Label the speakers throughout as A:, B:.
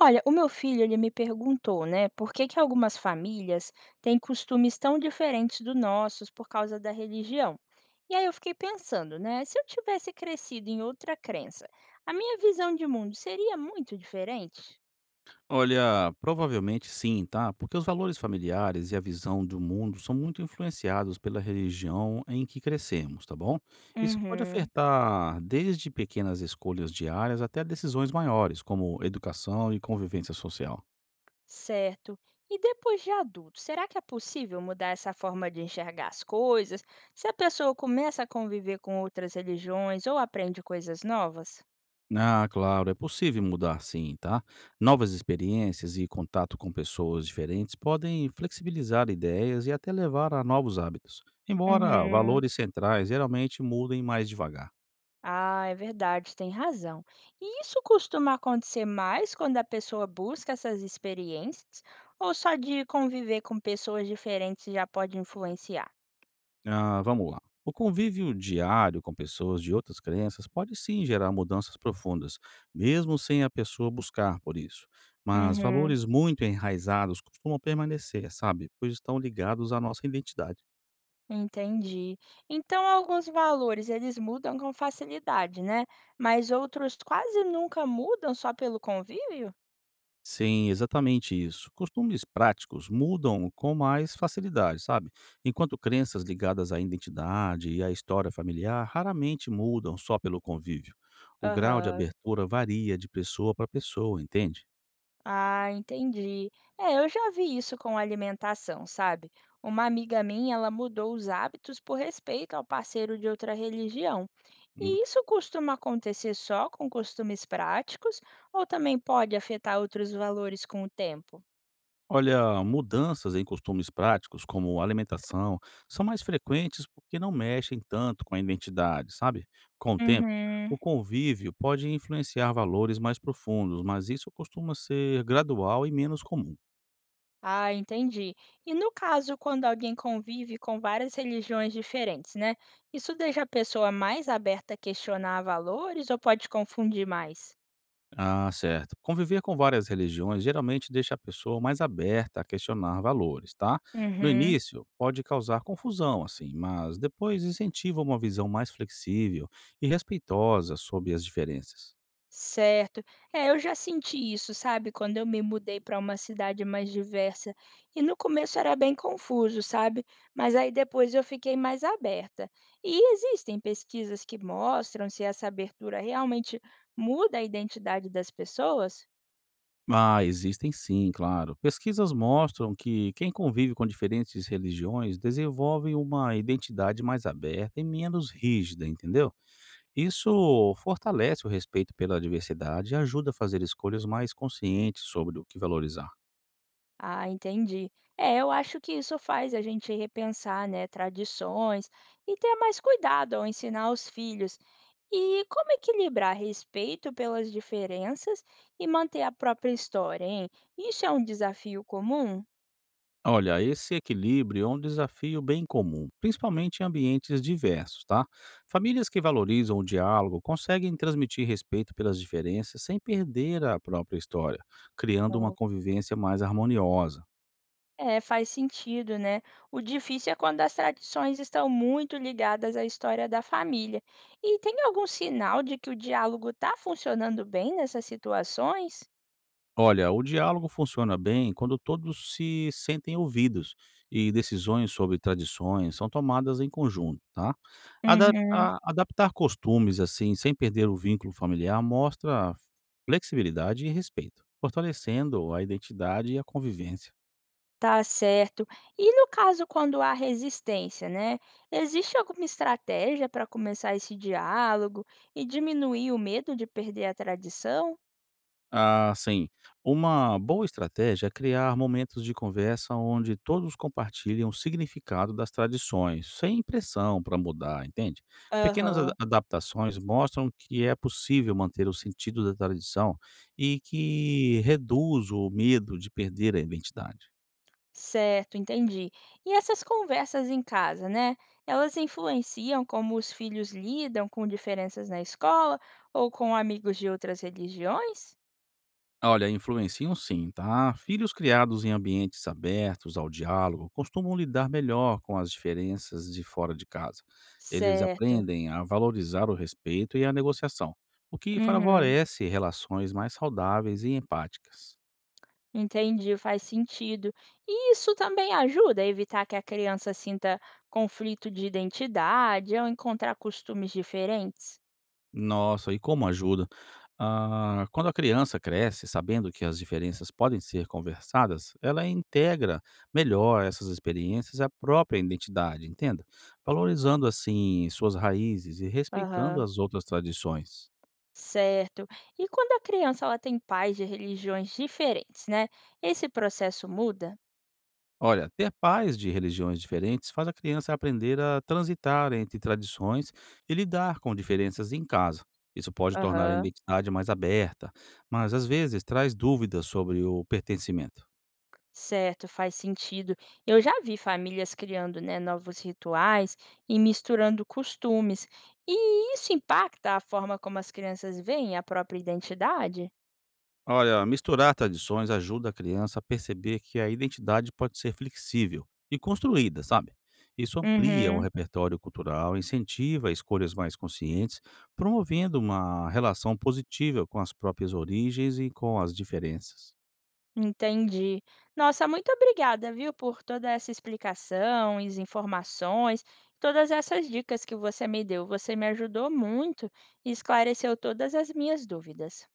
A: Olha, o meu filho, ele me perguntou, né, por que que algumas famílias têm costumes tão diferentes dos nossos por causa da religião? E aí eu fiquei pensando, né, se eu tivesse crescido em outra crença, a minha visão de mundo seria muito diferente?
B: Olha, provavelmente sim, tá? Porque os valores familiares e a visão do mundo são muito influenciados pela religião em que crescemos, tá bom? Isso pode
A: Uhum.
B: afetar desde pequenas escolhas diárias até decisões maiores, como educação e convivência social.
A: Certo. E depois de adulto, será que é possível mudar essa forma de enxergar as coisas? Se a pessoa começa a conviver com outras religiões ou aprende coisas novas?
B: Ah, claro, é possível mudar sim, tá? Novas experiências e contato com pessoas diferentes podem flexibilizar ideias e até levar a novos hábitos, embora
A: Uhum.
B: valores centrais geralmente mudem mais devagar.
A: Ah, é verdade, tem razão. E isso costuma acontecer mais quando a pessoa busca essas experiências, ou só de conviver com pessoas diferentes já pode influenciar?
B: Ah, vamos lá. O convívio diário com pessoas de outras crenças pode sim gerar mudanças profundas, mesmo sem a pessoa buscar por isso. Mas
A: Uhum,
B: valores muito enraizados costumam permanecer, sabe? Pois estão ligados à nossa identidade.
A: entendi. Então, alguns valores eles mudam com facilidade, né? Mas outros quase nunca mudam só pelo convívio?
B: Sim, exatamente isso. Costumes práticos mudam com mais facilidade, sabe? Enquanto crenças ligadas à identidade e à história familiar raramente mudam só pelo convívio. O grau de
A: Aham.
B: abertura varia de pessoa para pessoa, entende?
A: Ah, entendi. É, eu já vi isso com alimentação, sabe? Uma amiga minha, ela mudou os hábitos por respeito ao parceiro de outra religião. E isso costuma acontecer só com costumes práticos ou também pode afetar outros valores com o tempo?
B: Olha, mudanças em costumes práticos, como alimentação, são mais frequentes porque não mexem tanto com a identidade, sabe? Com o tempo,
A: Uhum.
B: o convívio pode influenciar valores mais profundos, mas isso costuma ser gradual e menos comum.
A: Ah, entendi. E no caso, quando alguém convive com várias religiões diferentes, né? Isso deixa a pessoa mais aberta a questionar valores ou pode confundir mais?
B: Ah, certo. Conviver com várias religiões geralmente deixa a pessoa mais aberta a questionar valores, tá? No
A: Uhum.
B: início, pode causar confusão, assim, mas depois incentiva uma visão mais flexível e respeitosa sobre as diferenças.
A: Certo. É, eu já senti isso, sabe, quando eu me mudei para uma cidade mais diversa. E no começo era bem confuso, sabe? Mas aí depois eu fiquei mais aberta. E existem pesquisas que mostram se essa abertura realmente muda a identidade das pessoas?
B: Ah, existem sim, claro. Pesquisas mostram que quem convive com diferentes religiões desenvolve uma identidade mais aberta e menos rígida, entendeu? Isso fortalece o respeito pela diversidade e ajuda a fazer escolhas mais conscientes sobre o que valorizar.
A: Ah, entendi. É, eu acho que isso faz a gente repensar, né, tradições e ter mais cuidado ao ensinar os filhos. E como equilibrar respeito pelas diferenças e manter a própria história, hein? Isso é um desafio comum?
B: Olha, esse equilíbrio é um desafio bem comum, principalmente em ambientes diversos, tá? Famílias que valorizam o diálogo conseguem transmitir respeito pelas diferenças sem perder a própria história, criando uma
A: Bom,
B: convivência mais harmoniosa.
A: é, faz sentido, né? O difícil é quando as tradições estão muito ligadas à história da família. E tem algum sinal de que o diálogo está funcionando bem nessas situações?
B: Olha, o diálogo funciona bem quando todos se sentem ouvidos e decisões sobre tradições são tomadas em conjunto, tá?
A: Uhum.
B: Adaptar costumes assim, sem perder o vínculo familiar, mostra flexibilidade e respeito, fortalecendo a identidade e a convivência.
A: Tá certo. E no caso quando há resistência, né, existe alguma estratégia para começar esse diálogo e diminuir o medo de perder a tradição?
B: Ah, sim. Uma boa estratégia é criar momentos de conversa onde todos compartilhem o significado das tradições, sem pressão para mudar, entende? Pequenas
A: Aham,
B: adaptações mostram que é possível manter o sentido da tradição e que reduz o medo de perder a identidade.
A: certo, entendi. E essas conversas em casa, né, elas influenciam como os filhos lidam com diferenças na escola ou com amigos de outras religiões?
B: Olha, influenciam sim, tá? Filhos criados em ambientes abertos ao diálogo costumam lidar melhor com as diferenças de fora de casa. Eles
A: Certo.
B: aprendem a valorizar o respeito e a negociação, o que
A: Uhum.
B: favorece relações mais saudáveis e empáticas.
A: Entendi, faz sentido. E isso também ajuda a evitar que a criança sinta conflito de identidade ao encontrar costumes diferentes?
B: Nossa, e como ajuda? Ah, quando a criança cresce sabendo que as diferenças podem ser conversadas, ela integra melhor essas experiências à própria identidade, entenda? Valorizando assim suas raízes e respeitando
A: Aham.
B: as outras tradições.
A: Certo. E quando a criança ela tem pais de religiões diferentes, né? Esse processo muda?
B: Olha, ter pais de religiões diferentes faz a criança aprender a transitar entre tradições e lidar com diferenças em casa. Isso pode tornar a
A: Aham.
B: identidade mais aberta, mas às vezes traz dúvidas sobre o pertencimento.
A: Certo, faz sentido. Eu já vi famílias criando, né, novos rituais e misturando costumes. E isso impacta a forma como as crianças veem a própria identidade?
B: Olha, misturar tradições ajuda a criança a perceber que a identidade pode ser flexível e construída, sabe? Isso amplia o
A: Uhum.
B: repertório cultural, incentiva escolhas mais conscientes, promovendo uma relação positiva com as próprias origens e com as diferenças.
A: Entendi. Nossa, muito obrigada, viu, por toda essa explicação, as informações, todas essas dicas que você me deu. Você me ajudou muito e esclareceu todas as minhas dúvidas.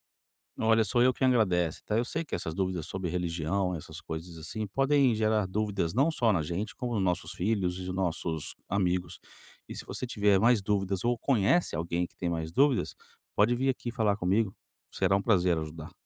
B: Olha, sou eu quem agradece, tá? Eu sei que essas dúvidas sobre religião, essas coisas assim, podem gerar dúvidas não só na gente, como nos nossos filhos e nos nossos amigos. E se você tiver mais dúvidas ou conhece alguém que tem mais dúvidas, pode vir aqui falar comigo. Será um prazer ajudar.